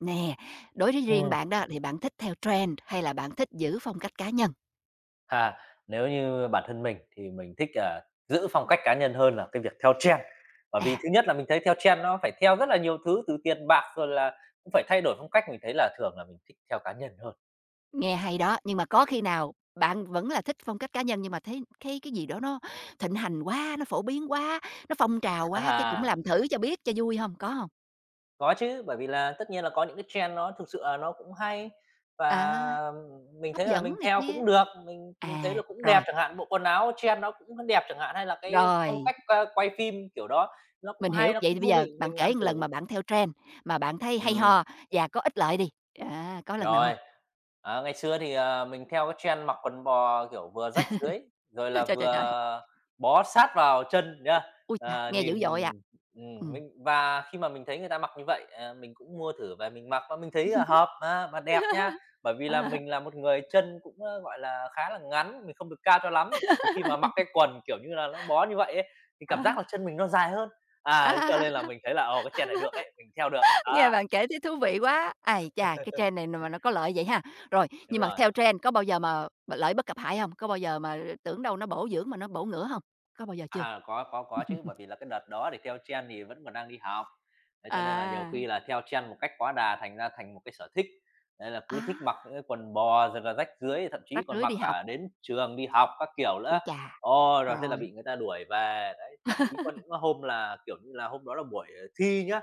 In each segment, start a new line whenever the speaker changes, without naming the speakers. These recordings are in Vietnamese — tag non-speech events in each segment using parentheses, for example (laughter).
Nè, đối với riêng
Ừm,
bạn đó thì bạn thích theo trend hay là bạn thích giữ phong cách cá nhân?
ha, Nếu như bản thân mình thì mình thích, giữ phong cách cá nhân hơn là cái việc theo trend. Bởi
À,
vì thứ nhất là mình thấy theo trend nó phải theo rất là nhiều thứ, từ tiền bạc rồi là cũng phải thay đổi phong cách, mình thấy là thường là mình thích theo cá nhân hơn.
nghe hay đó, nhưng mà có khi nào bạn vẫn là thích phong cách cá nhân nhưng mà thấy thấy cái gì đó nó thịnh hành quá, nó phổ biến quá, nó phong trào quá, cái cũng
À.
làm thử cho biết cho vui không? Có không?
Có chứ, bởi vì là tất nhiên là có những cái trend nó thực sự là nó cũng hay
À,
và mình
hấp
thấy là
dẫn
mình
này
theo
kia.
cũng được, mình thấy
À,
là cũng đẹp
rồi,
chẳng hạn, bộ quần áo trend nó cũng đẹp chẳng hạn, hay là cái phong
rồi,
cách, quay phim kiểu đó, nó cũng
mình hiểu.
hay, nó
Vậy
cũng
thì bây
thú
giờ
vị,
bạn
mình làm
kể một lần
thử.
mà bạn theo trend mà bạn thấy hay
Ừm.
ho và có ích lợi đi. À, có lần nào không?
Rồi, ngày xưa thì, mình theo cái trend mặc quần bò, kiểu, vừa rách dưới, rồi
(laughs)
là
Trời, trời, trời!
vừa bó sát vào chân nhá.
Ui chà,
Ờ,
nghe dữ
nhìn
dội à! Ừm.
mình và khi mà mình thấy người ta mặc như vậy, mình cũng mua thử về mình mặc và mình thấy là hợp mà và đẹp nhá.
(laughs)
Bởi vì là
À.
mình là một người chân cũng, gọi là, khá là ngắn, mình không được cao cho lắm, thì khi mà mặc cái quần, kiểu như là, nó bó như vậy ấy, thì cảm giác
À.
là chân mình nó dài hơn.
À,
À, cho nên là mình thấy là, ồ, cái trend này được ấy, mình theo được.
(laughs) nghe
Đó,
bạn kể thấy thú vị quá. Ái chà, cái trend này
(laughs)
mà nó có lợi vậy ha. Rồi,
đúng
nhưng mà
rồi.
theo trend có bao giờ mà lợi bất cập hại không? Có bao giờ mà tưởng đâu nó bổ dưỡng mà nó bổ ngửa không? Có bao giờ chưa?
À, có chứ, bởi vì là cái đợt đó thì theo trend thì vẫn còn đang đi học, thế cho nên là nhiều
À,
khi là theo trend một cách quá đà thành ra thành một cái sở thích. Nên là
á,
cứ thích mặc những cái quần bò rồi là rách rưới, thậm chí
rách
còn
rưới
mặc
đi học.
cả đến trường đi học các kiểu nữa.
Ui chà,
Ồ, rồi thế là
rồi,
bị người ta đuổi về, đấy, thậm chí có những hôm là, kiểu như là, hôm đó là buổi, thi nhá,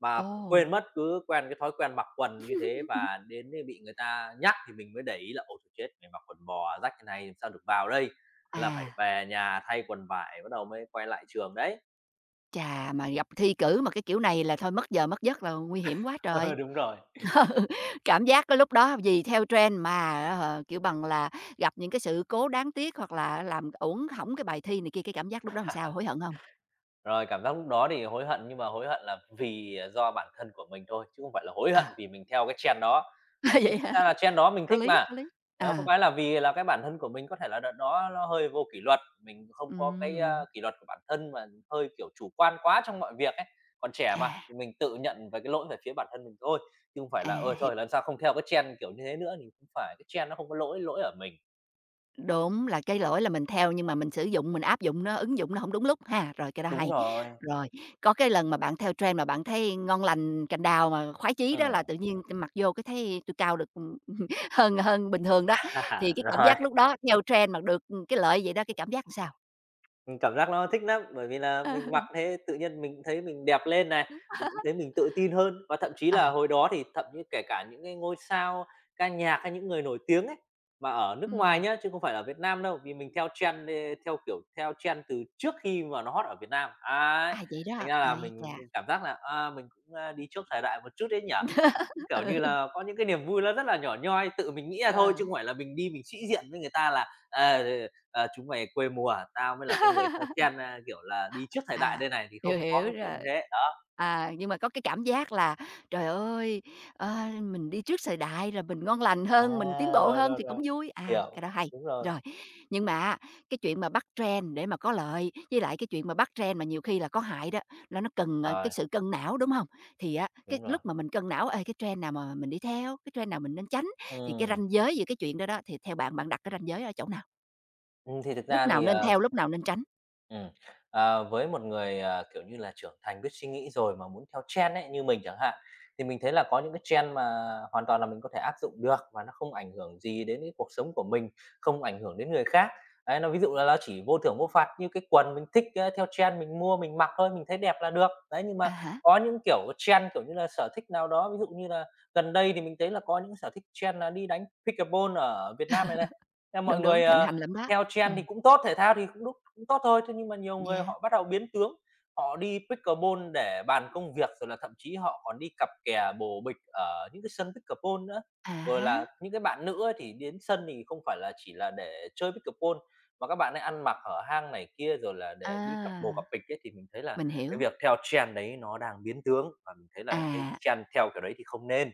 mà cũng
ồ,
quên mất, cứ quen cái thói quen mặc quần như thế
(laughs)
và đến ấy bị người ta nhắc thì mình mới để ý là "Ồ trời, chết, mình mặc quần bò rách thế này làm sao được vào đây?" Thế là
à.
phải về nhà thay quần vải bắt đầu mới quay lại trường đấy. (laughs)
Chà, mà gặp thi cử mà cái kiểu này là thôi mất giờ mất giấc là nguy hiểm quá trời.
Ờ, đúng rồi.
(laughs) Cảm giác cái lúc đó vì theo trend mà á, kiểu bằng là, gặp những cái sự cố đáng tiếc hoặc là làm uổng hỏng cái bài thi này kia, cái cảm giác lúc đó làm sao, hối hận không?
Rồi cảm giác lúc đó thì hối hận nhưng mà hối hận là vì, do bản thân của mình thôi, chứ không phải là hối
Ờ,
hận vì mình theo cái trend đó.
(laughs)
Bởi vì
vậy
thực
hả?
ra là trend đó mình
Có
thích
lý,
mà.
có lý.
Đó, có
Ờ,
cái là vì là cái bản thân của mình có thể là đợt đó nó hơi vô kỷ luật, mình không có cái,
ừm,
kỷ luật của bản thân mà hơi, kiểu, chủ quan quá trong mọi việc ấy. Còn trẻ mà,
à,
thì mình tự nhận về cái lỗi về phía bản thân mình thôi, chứ không phải
à,
là "Ơi
hiểu.
thôi lần sau không theo cái trend kiểu như thế nữa" thì cũng phải, cái trend nó không có lỗi, lỗi ở mình.
Đúng, là cái lỗi là mình theo nhưng mà mình sử dụng, mình áp dụng nó, ứng dụng nó không đúng lúc ha, rồi cái đó
Đúng
hay.
rồi.
Rồi, có cái lần mà bạn theo trend mà bạn thấy ngon lành cành đào mà khoái chí đó là
Ừm,
tự nhiên mặc vô cái thấy tui cao được, (laughs) hơn hơn bình thường đó, thì
(laughs)
cái cảm
rồi,
giác lúc đó theo trend mà được, cái lợi vậy đó, cái cảm giác làm sao?
mình cảm giác nó thích lắm, bởi vì là mình mặc
(laughs)
thế tự nhiên mình thấy mình đẹp lên này, mình cũng thấy mình tự tin hơn và thậm chí là
À,
hồi đó thì thậm như kể cả những cái ngôi sao ca nhạc hay những người nổi tiếng ấy, mà ở nước ngoài
ừm,
nhá, chứ không phải ở Việt Nam đâu, vì mình theo trend theo trend từ trước khi mà nó hot ở Việt Nam, ấy,
à, vậy đó,
thành ra là
ai
mình
chà!
cảm giác là, mình cũng, đi trước thời đại một chút đấy nhỉ? Cũng,
(laughs)
kiểu
Ừ,
như là, có những cái niềm vui nó rất là nhỏ nhoi, tự mình nghĩ ra thôi
ờ.
chứ không phải là mình đi mình sĩ diện với người ta là, "Ờ, chúng mày quê mùa, tao mới là cái người theo
(laughs)
trend, kiểu là, đi trước thời đại
À,
đây này" thì không
hiểu,
có
hiểu
cái chuyện
rồi.
như thế, đó.
À, nhưng mà có cái cảm giác là "Trời ơi, ờ, mình đi trước thời đại rồi mình ngon lành
À,
hơn, mình tiến bộ
rồi,
hơn"
rồi,
thì cũng
rồi,
vui, à,
hiểu,
cái đó hay.
đúng rồi.
Rồi, nhưng mà á, cái chuyện mà bắt trend để mà có lợi, với lại cái chuyện mà bắt trend mà nhiều khi là có hại đó, là nó cần, ờ, cái
Rồi,
sự cân não, đúng không? Thì á, cái
đúng rồi.
lúc mà mình cân não, ê, cái trend nào mà mình đi theo, cái trend nào mình nên tránh, thì cái
Ừm,
ranh giới giữa cái chuyện đó đó, thì theo bạn, bạn đặt cái ranh giới ở chỗ nào?
thì thực
Lúc
ra
nào
thì,
nên theo, lúc nào nên tránh?
Ừm, với một người, kiểu như là, trưởng thành biết suy nghĩ rồi mà muốn theo trend ấy, như mình chẳng hạn, thì mình thấy là có những cái trend mà hoàn toàn là mình có thể áp dụng được và nó không ảnh hưởng gì đến cái cuộc sống của mình, không ảnh hưởng đến người khác. Đấy, nó ví dụ là nó chỉ vô thưởng vô phạt như cái quần mình thích, theo trend mình mua mình mặc thôi, mình thấy đẹp là được. Đấy, nhưng
À
mà
hả?
có những kiểu trend, kiểu như là, sở thích nào đó, ví dụ như là gần đây thì mình thấy là có những sở thích trend là đi đánh pickleball ở Việt Nam này này. Thế mọi
Đúng, đúng,
người,
thịnh hành lắm đó.
theo trend thì cũng tốt, thể thao thì cũng đúng, cũng tốt thôi. Thế nhưng mà nhiều người
Dạ.
họ bắt đầu biến tướng, họ đi pickleball để bàn công việc, rồi là thậm chí họ còn đi cặp kè bồ bịch ở những cái sân pickleball nữa.
À
Rồi
há,
là những cái bạn nữ ấy thì đến sân thì không phải là chỉ là để chơi pickleball, mà các bạn ấy ăn mặc ở hang này kia, rồi là để đi cặp bồ
à,
cặp bịch ấy, thì mình thấy là
mình hiểu.
cái việc theo trend đấy nó đang biến tướng và mình thấy là cái
À,
trend theo kiểu đấy thì không nên.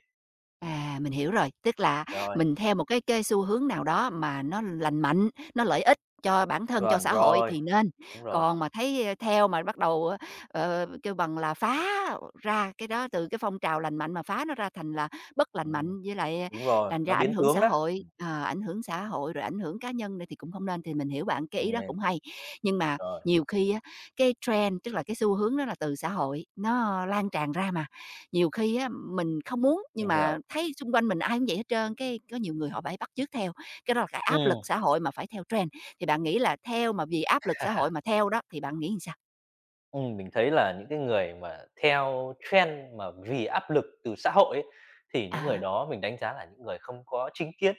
À, mình hiểu rồi, tức là
Rồi,
mình theo một cái xu hướng nào đó mà nó lành mạnh, nó lợi ích cho bản thân, cho
chuẩn
xã hội
rồi,
thì nên,
đúng rồi,
còn mà thấy, ơ, theo mà bắt đầu, kêu bằng là, phá ra cái đó từ cái phong trào lành mạnh mà phá nó ra thành là bất lành
ừm,
mạnh, với lại,
đúng rồi,
thành ra
nó biến tướng đó,
ảnh hưởng xã hội rồi ảnh hưởng cá nhân nữa thì cũng không nên, thì mình hiểu bạn, cái ý
không
đó
nên,
cũng hay. Nhưng mà
rồi.
nhiều khi á, cái trend, tức là cái xu hướng đó là từ xã hội, nó lan tràn ra mà, nhiều khi á, mình không muốn nhưng
Mình
mà
hiểu.
thấy xung quanh mình ai cũng vậy hết trơn, cái có nhiều người họ phải bắt chước theo, cái đó là cái áp
Ừm.
lực xã hội mà phải theo trend. Thì bạn nghĩ là theo mà vì áp lực xã hội mà theo đó thì bạn nghĩ làm sao?
Mình thấy là những cái người mà theo trend mà vì áp lực từ xã hội ấy, thì
À
những người
há,
đó mình đánh giá là những người không có chính kiến.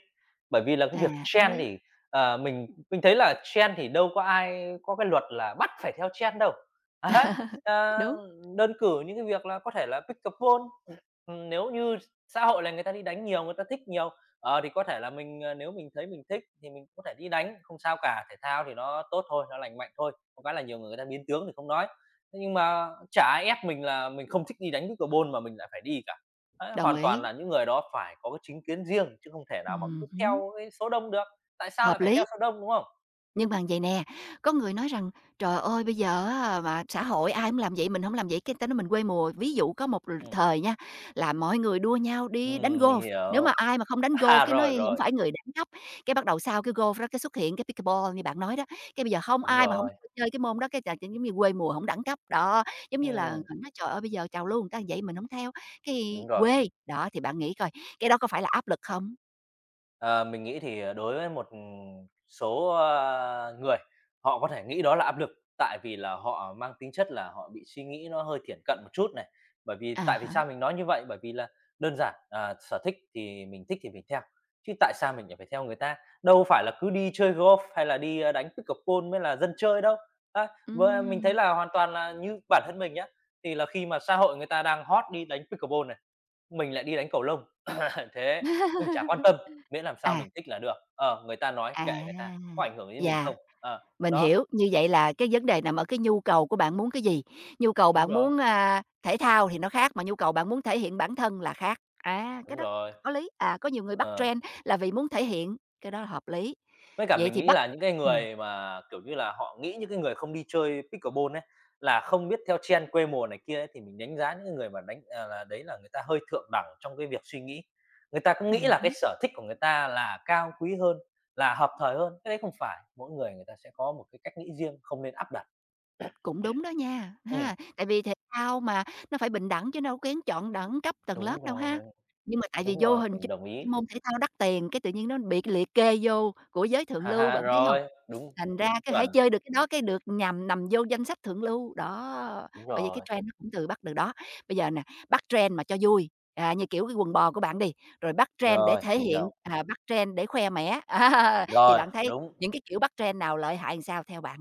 Bởi vì là cái việc
à, có
trend
lý.
thì, mình thấy là trend thì đâu có ai có cái luật là bắt phải theo trend đâu. (laughs) Đấy,
(laughs)
ờ,
Đúng,
đơn cử những cái việc là có thể là pickleball, nếu như xã hội là người ta đi đánh nhiều, người ta thích nhiều, thì có thể là nếu mình thấy mình thích thì mình có thể đi đánh, không sao cả. Thể thao thì nó tốt thôi, nó lành mạnh thôi, có cái là nhiều người người ta biến tướng thì không nói. Thế nhưng mà chả ai ép mình là mình không thích đi đánh pickleball mà mình lại phải đi cả. Đấy,
đồng
hoàn toàn
ý.
là những người đó phải có cái chính kiến riêng chứ không thể nào mà cứ
Hứm,
theo cái số đông được. Tại sao lại
hợp
phải
lý.
theo số đông, đúng không?
Nhưng mà vậy nè, có người nói rằng "Trời ơi, bây giờ á mà xã hội ai cũng làm vậy, mình không làm vậy cái người ta nói mình quê mùa." Ví dụ có một
Ừm,
thời nha, là mọi người đua nhau đi đánh
ừm,
golf,
mình
nếu mà
hiểu.
ai mà không đánh golf
À,
cái
rồi,
nói không
rồi,
phải người đẳng cấp, cái bắt đầu sau cái golf đó cái xuất hiện cái pickleball như bạn nói đó, cái bây giờ không
đúng
ai mà không
rồi.
chơi cái môn đó cái là giống như quê mùa không đẳng cấp. Đó, giống như là
Ừm,
nói "Trời ơi, bây giờ trào lưu người ta vậy mình không theo, cái
đúng rồi.
quê." Đó, thì bạn nghĩ coi, cái đó có phải là áp lực không?
Ờ, mình nghĩ thì, đối với một số, người, họ có thể nghĩ đó là áp lực, tại vì là họ mang tính chất là họ bị suy nghĩ nó hơi thiển cận một chút này. Bởi vì
À
tại vì
hả?
sao mình nói như vậy? Bởi vì là đơn giản, sở thích thì mình theo, chứ tại sao mình lại phải theo người ta? Đâu phải là cứ đi chơi golf hay là đi, đánh pickleball mới là dân chơi đâu. Á, với mình thấy
Ừm,
là hoàn toàn là như bản thân mình nhá, thì là khi mà xã hội người ta đang hot đi đánh pickleball này, mình lại đi đánh cầu lông. (laughs) Thế mình chả quan tâm, miễn làm sao
à,
mình thích là được. Ờ, người ta nói
à,
kệ người ta, có ảnh hưởng đến mình
yeah.
không? Ờ,
Mình
đó,
hiểu, như vậy là cái vấn đề nằm ở cái nhu cầu của bạn muốn cái gì. Nhu cầu
đúng
bạn
rồi,
muốn, thể thao thì nó khác, mà nhu cầu bạn muốn thể hiện bản thân là khác. À, cái
đúng
đó
rồi.
có lý, à, có nhiều người bắt
Ờ,
trend là vì muốn thể hiện, cái đó là hợp lý.
với cả
Vậy
mình
thì
nghĩ
bắt
là những cái
ừm,
người mà, kiểu như là, họ nghĩ những cái người không đi chơi pickleball ấy, là không biết theo trend quê mùa này kia ấy, thì mình đánh giá những cái người mà là đấy là người ta hơi thượng đẳng trong cái việc suy nghĩ. Người ta cũng nghĩ
ừm
là cái sở thích của người ta là cao quý hơn, là hợp thời hơn, cái đấy không phải, mỗi người người ta sẽ có một cái cách nghĩ riêng, không nên áp đặt.
cũng đúng đó nha,
Ừm,
ha, tại vì thể thao mà, nó phải bình đẳng chứ đâu có kén chọn đẳng cấp tầng
đúng
lớp đâu ha.
rồi.
Nhưng mà tại vì
Đúng
vô
rồi,
hình
mình
chung
đồng
cái
ý.
môn thể thao đắt tiền, cái tự nhiên nó bị liệt kê vô của giới thượng
Ha
lưu,
ha,
bạn thấy không?
rồi, đúng,
Thành ra cái hãy
chuẩn,
chơi được cái đó, cái được nhằm nằm vô danh sách thượng lưu, đó.
đúng
Bởi vì cái
rồi,
trend nó cũng từ bắt từ đó. Bây giờ nè, bắt trend mà cho vui, à, như kiểu cái quần bò của bạn đi, rồi bắt trend để
rồi,
thể
mình hiểu.
hiện, à, bắt trend để khoe mẽ, (laughs) à, thì
Rồi,
bạn thấy
đúng,
những cái kiểu bắt trend nào lợi hại làm sao theo bạn?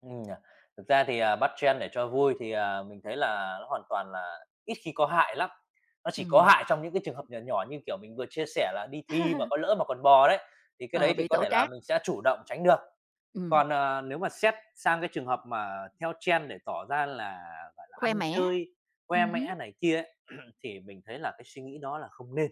nhỉ. Thực ra thì, bắt trend để cho vui thì, mình thấy là nó hoàn toàn là ít khi có hại lắm. Nó chỉ có
Ừm,
hại trong những cái trường hợp nhỏ nhỏ như, kiểu, mình vừa chia sẻ là đi thi mà có lỡ mà còn bò đấy, thì cái
ờ,
đấy thì
bị
có
tổ
thể là
trác,
mình sẽ chủ động tránh được.
ừm,
Còn, nếu mà xét sang cái trường hợp mà theo trend để tỏ ra là, gọi là,
khoe
ăn
mẽ,
chơi, khoe
hứm,
mẽ này kia ấy, thì mình thấy là cái suy nghĩ đó là không nên.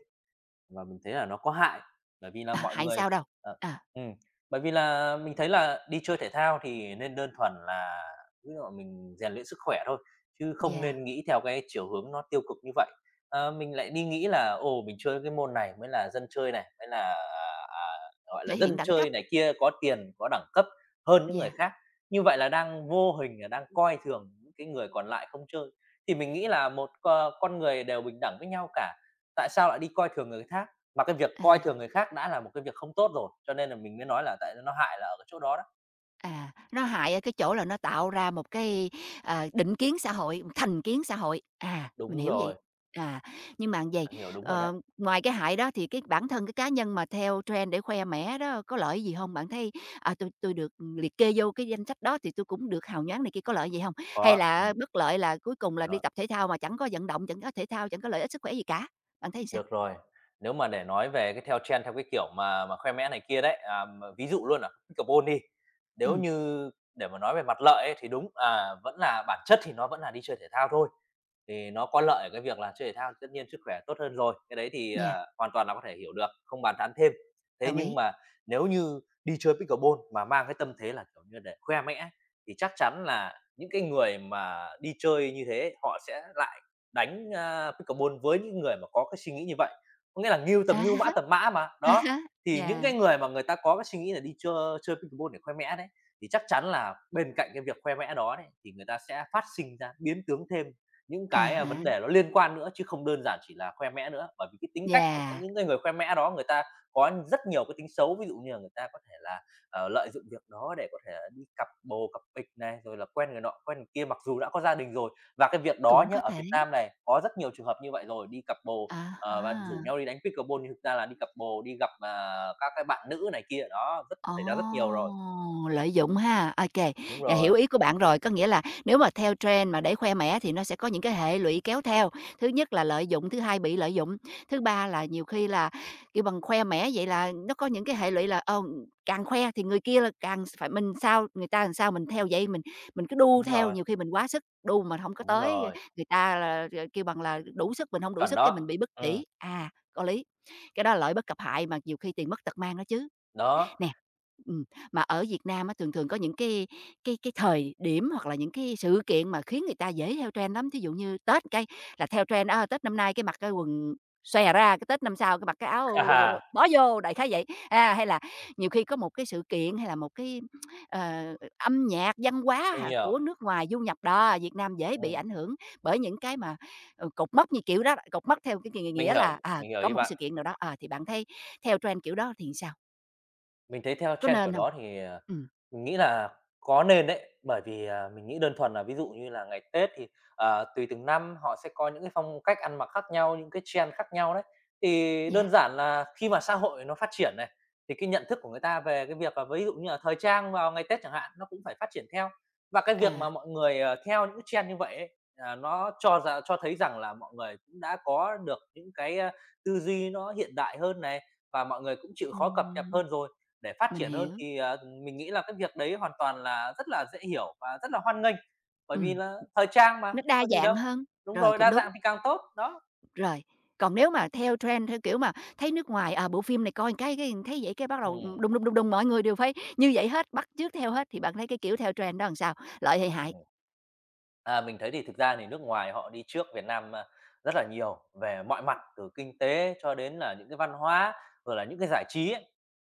Và mình thấy là nó có hại, bởi vì là
à,
mọi
hại
người
sao đâu?
ờ,
À,
ừm, bởi vì là mình thấy là đi chơi thể thao thì nên đơn thuần là ví dụ mình rèn luyện sức khỏe thôi, chứ không
yeah,
nên nghĩ theo cái chiều hướng nó tiêu cực như vậy. Mình lại đi nghĩ là "Ồ, mình chơi cái môn này mới là dân chơi này, mới là, gọi là,
thể hiện
dân
đẳng cấp,
chơi này kia, có tiền, có đẳng cấp hơn những người
yeah,
khác." Như vậy là đang vô hình là đang coi thường những cái người còn lại không chơi. Thì mình nghĩ là một c con người đều bình đẳng với nhau cả. Tại sao lại đi coi thường người khác? Mà cái việc
à.
coi thường người khác đã là một cái việc không tốt rồi, cho nên là mình mới nói là tại nó hại là ở cái chỗ đó đó.
À, nó hại ở cái chỗ là nó tạo ra một cái, định kiến xã hội, thành kiến xã hội. À, mình
Đúng
hiểu
rồi,
vậy. À, nhưng mà vầy,
bạn hiểu đúng rồi đấy.
ngoài cái hại đó thì cái bản thân cái cá nhân mà theo trend để khoe mẽ đó có lợi gì không? Bạn thấy, à, tui được liệt kê vô cái danh sách đó thì tôi cũng được hào nhoáng" này kia, có lợi gì không? Hay
Có,
là bất lợi là cuối cùng là đi
rồi,
tập thể thao mà chẳng có vận động, chẳng có thể thao, chẳng có lợi ích sức khỏe gì cả? Bạn thấy sao?
được rồi. Nếu mà để nói về cái theo trend theo cái kiểu mà khoe mẽ này kia đấy, mà ví dụ luôn là pickleball đi, nếu
Ừ,
như để mà nói về mặt lợi ấy thì đúng, vẫn là bản chất thì nó vẫn là đi chơi thể thao thôi. Thì nó có lợi ở cái việc là chơi thể thao thì tất nhiên sức khỏe tốt hơn rồi, cái đấy thì,
yeah,
hoàn toàn là có thể hiểu được, không bàn tán thêm. Thế
đồng
nhưng
ý.
mà nếu như đi chơi pickleball mà mang cái tâm thế là, kiểu như, để khoe mẽ thì chắc chắn là những cái người mà đi chơi như thế họ sẽ lại đánh, pickleball với những người mà có cái suy nghĩ như vậy. Có nghĩa là ngưu
À
tầm ngưu,
ha
mã
ha,
tầm mã mà,
à
đó,
há, (laughs)
thì những cái
yeah,
người mà người ta có cái suy nghĩ là đi chơi chơi pickleball để khoe mẽ đấy, thì chắc chắn là bên cạnh cái việc khoe mẽ đó đấy, thì người ta sẽ phát sinh ra, biến tướng thêm những
à
cái,
ha,
vấn đề nó liên quan nữa chứ không đơn giản chỉ là khoe mẽ nữa, bởi vì cái tính cách của
yeah,
những cái người khoe mẽ đó người ta có rất nhiều cái tính xấu. Ví dụ như là người ta có thể là, lợi dụng việc đó để có thể là đi cặp bồ cặp bịch này, rồi là quen người nọ, quen người kia mặc dù đã có gia đình rồi. Và cái việc đó
cũng
nhá,
có
ở
thể.
Việt Nam này có rất nhiều trường hợp như vậy rồi, đi cặp bồ,
À
và rủ
ha.
nhau đi đánh pickleball nhưng thực ra là đi cặp bồ, đi gặp, các cái bạn nữ này kia, đó, rất
Ồ,
xảy ra rất nhiều rồi.
lợi dụng ha. OK kê,
Đúng
à, hiểu
rồi,
ý của bạn rồi. Có nghĩa là nếu mà theo trend mà để khoe mẽ thì nó sẽ có những cái hệ lụy kéo theo. Thứ nhất là lợi dụng, thứ hai bị lợi dụng, thứ ba là nhiều khi là, kêu bằng, khoe mẽ vậy là nó có những cái hệ lụy là, càng khoe thì người kia là càng phải mình sao người ta làm sao mình theo vậy, mình cứ đu
đúng
theo,
rồi,
nhiều khi mình quá sức, đu mà không có
đúng
tới,
rồi,
người ta là, kêu bằng là, đủ sức, mình không đủ
chuẩn
sức cái
đó.
mình bị bất
Ừm,
chỉ. À, có lý. Cái đó là lợi bất cập hại mà nhiều khi tiền mất tật mang đó chứ.
đó.
Nè, ừm, mà ở Việt Nam á, thường thường có những cái thời điểm hoặc là những cái sự kiện mà khiến người ta dễ theo trend lắm. Thí dụ như Tết cái là theo trend, Tết năm nay cái mặc cái quần xòe ra, cái Tết năm sau cái mặc cái
(laughs)
áo
À,
bó vô, đại khái vậy. À, hay là nhiều khi có một cái sự kiện hay là một cái, âm nhạc, văn hóa
mình hiểu.
của nước ngoài du nhập, đó, Việt Nam dễ bị
Ừm,
ảnh hưởng bởi những cái mà, cột mốc như kiểu đó, cột mốc theo cái
mình
nghĩa
hiểu,
là, à,
mình hiểu
có
ý
một cái
bạn.
sự kiện nào đó, thì bạn thấy theo trend kiểu đó thì sao?
Mình thấy theo
Có
trend
nên
kiểu
hông?
đó thì,
Ừm,
mình nghĩ là có nên đấy, bởi vì, mình nghĩ đơn thuần là ví dụ như là ngày Tết thì, tùy từng năm họ sẽ có những cái phong cách ăn mặc khác nhau, những cái trend khác nhau đấy. Thì
yeah,
đơn giản là khi mà xã hội nó phát triển này, thì cái nhận thức của người ta về cái việc là ví dụ như là thời trang vào ngày Tết chẳng hạn, nó cũng phải phát triển theo. Và cái việc mà
à.
mọi người, theo những cái trend như vậy ấy, nó cho thấy rằng là mọi người cũng đã có được những cái, tư duy nó hiện đại hơn này, và mọi người cũng chịu khó cập nhật
Ừm.
hơn rồi để phát
Mình
triển hơn
hiểu,
thì, mình nghĩ là cái việc đấy hoàn toàn là rất là dễ hiểu và rất là hoan nghênh, bởi vì
ừm,
là thời trang mà,
nó đa
có gì
dạng
đâu.
hơn,
Đúng
rồi,
rồi,
cũng
đa
đúng,
dạng thì càng tốt, đó.
rồi. Còn nếu mà theo trend, theo kiểu mà thấy nước ngoài, à, bộ phim này coi cái thấy vậy cái bắt đầu
Ừm,
đùng, đùng, đùng, đùng mọi người đều phải như vậy hết, bắt chước theo hết, thì bạn thấy cái kiểu theo trend đó làm sao? Lợi hay hại?
Mình thấy thì thực ra thì nước ngoài họ đi trước Việt Nam, rất là nhiều về mọi mặt, từ kinh tế cho đến là những cái văn hóa, rồi là những cái giải trí ấy.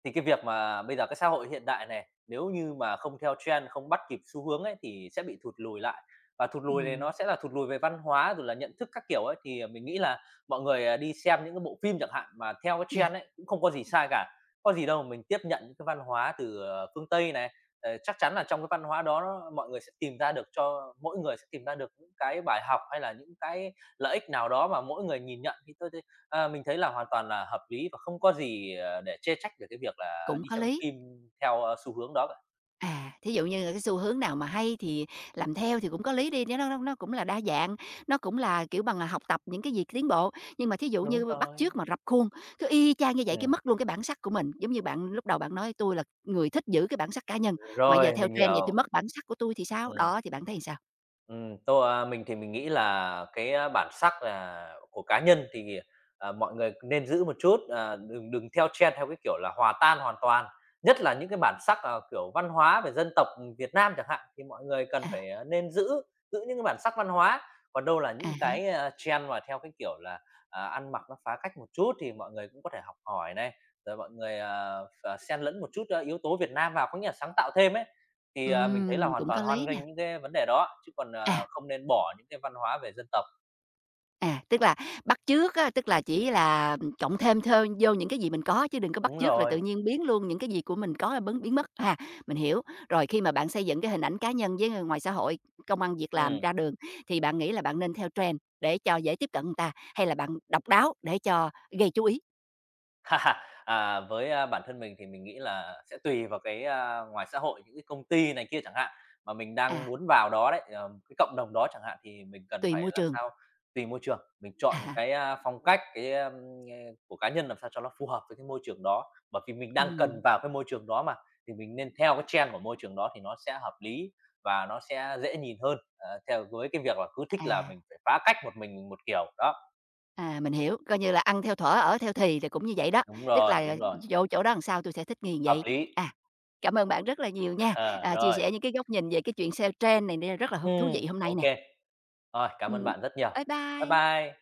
Thì cái việc mà bây giờ cái xã hội hiện đại này, nếu như mà không theo trend, không bắt kịp xu hướng ấy thì sẽ bị thụt lùi lại, và thụt lùi này
Ừm,
nó sẽ là thụt lùi về văn hóa, rồi là nhận thức các kiểu ấy. Thì, mình nghĩ là mọi người, đi xem những cái bộ phim chẳng hạn mà theo cái
yeah,
trend ấy, cũng không có gì sai cả, có gì đâu mình tiếp nhận những cái văn hóa từ, phương Tây này. Chắc chắn là trong cái văn hóa đó nó mọi người sẽ tìm ra được cho mỗi người sẽ tìm ra được những cái bài học hay là những cái lợi ích nào đó mà mỗi người nhìn nhận thì mình thấy là hoàn toàn là hợp lý và không có gì, để chê trách về cái việc là
cũng
đi
có
xem
lý.
phim theo, xu hướng đó cả.
À, thí dụ như là cái xu hướng nào mà hay thì làm theo thì cũng có lý đi, nó cũng là đa dạng, nó cũng là, kiểu bằng là, học tập những cái gì tiến bộ. Nhưng mà thí dụ
Đúng
như bắt
rồi,
chước mà rập khuôn, cứ y chang như vậy cái
ừm.
mất luôn cái bản sắc của mình. Giống như bạn lúc đầu bạn nói tôi là người thích giữ cái bản sắc cá nhân, mà giờ
Rồi,
theo
mình
trend vậy tui
hiểu,
mất bản sắc của tôi thì sao?
ừm.
Đó, thì bạn thấy sao?
Mình thì mình nghĩ là cái, bản sắc là của cá nhân thì, mọi người nên giữ một chút, đừng đừng theo trend theo cái kiểu là hòa tan hoàn toàn. Nhất là những cái bản sắc, kiểu, văn hóa về dân tộc, Việt Nam chẳng hạn, thì mọi người cần
À,
phải, nên giữ giữ những cái bản sắc văn hóa. Còn đâu là
à
những
há,
cái, trend mà theo cái kiểu là, ăn mặc nó phá cách một chút thì mọi người cũng có thể học hỏi này, rồi mọi người, à, ph xen lẫn một chút, yếu tố Việt Nam vào, có nghĩa là sáng tạo thêm ấy. Thì, mình thấy là hoàn
cũng có
toàn hoan
lý nè.
nghênh những cái vấn đề đó, chứ còn,
À.
không nên bỏ những cái văn hóa về dân tộc.
À, tức là bắt chước á, tức là chỉ là, cộng thêm thơ vô những cái gì mình có chứ đừng có bắt
Đúng
chước rồi
rồi,
tự nhiên biến luôn những cái gì của mình có là bấn biến mất ha. Mình hiểu. Rồi khi mà bạn xây dựng cái hình ảnh cá nhân với người ngoài xã hội, công ăn việc làm,
ừm.
ra đường thì bạn nghĩ là bạn nên theo trend để cho dễ tiếp cận người ta, hay là bạn độc đáo để cho gây chú ý?
(laughs) Với, bản thân mình thì mình nghĩ là sẽ tùy vào cái, ngoài xã hội những cái công ty này kia chẳng hạn, mà mình đang
À,
muốn vào đó đấy, cái cộng đồng đó chẳng hạn, thì mình cần
tùy
phải
môi
làm
trường.
sao tùy môi trường, mình
À
chọn
há,
cái, phong cách, cái, của cá nhân làm sao cho nó phù hợp với cái môi trường đó. Bởi vì mình đang cần vào cái môi trường đó mà, thì mình nên theo cái trend của môi trường đó thì nó sẽ hợp lý và nó sẽ dễ nhìn hơn, theo với cái việc là cứ thích là
à.
mình phải phá cách một mình một kiểu. Đó,
À, mình hiểu, coi như là ăn theo thuở, ở theo thì cũng như vậy đó, tức là à,
đúng rồi,
vô chỗ đó làm sao tôi sẽ thích nghi
hợp
vậy.
lý.
À, cảm ơn bạn rất là nhiều nha,
Ờ,
à, chia
rồi.
sẻ những cái góc nhìn về cái chuyện sale trend này nè rất là
Ừ,
thú vị hôm nay
OK.
nè.
Rồi, cảm ơn
Ừm,
bạn rất nhiều.
bye
Bye
bye.
bye.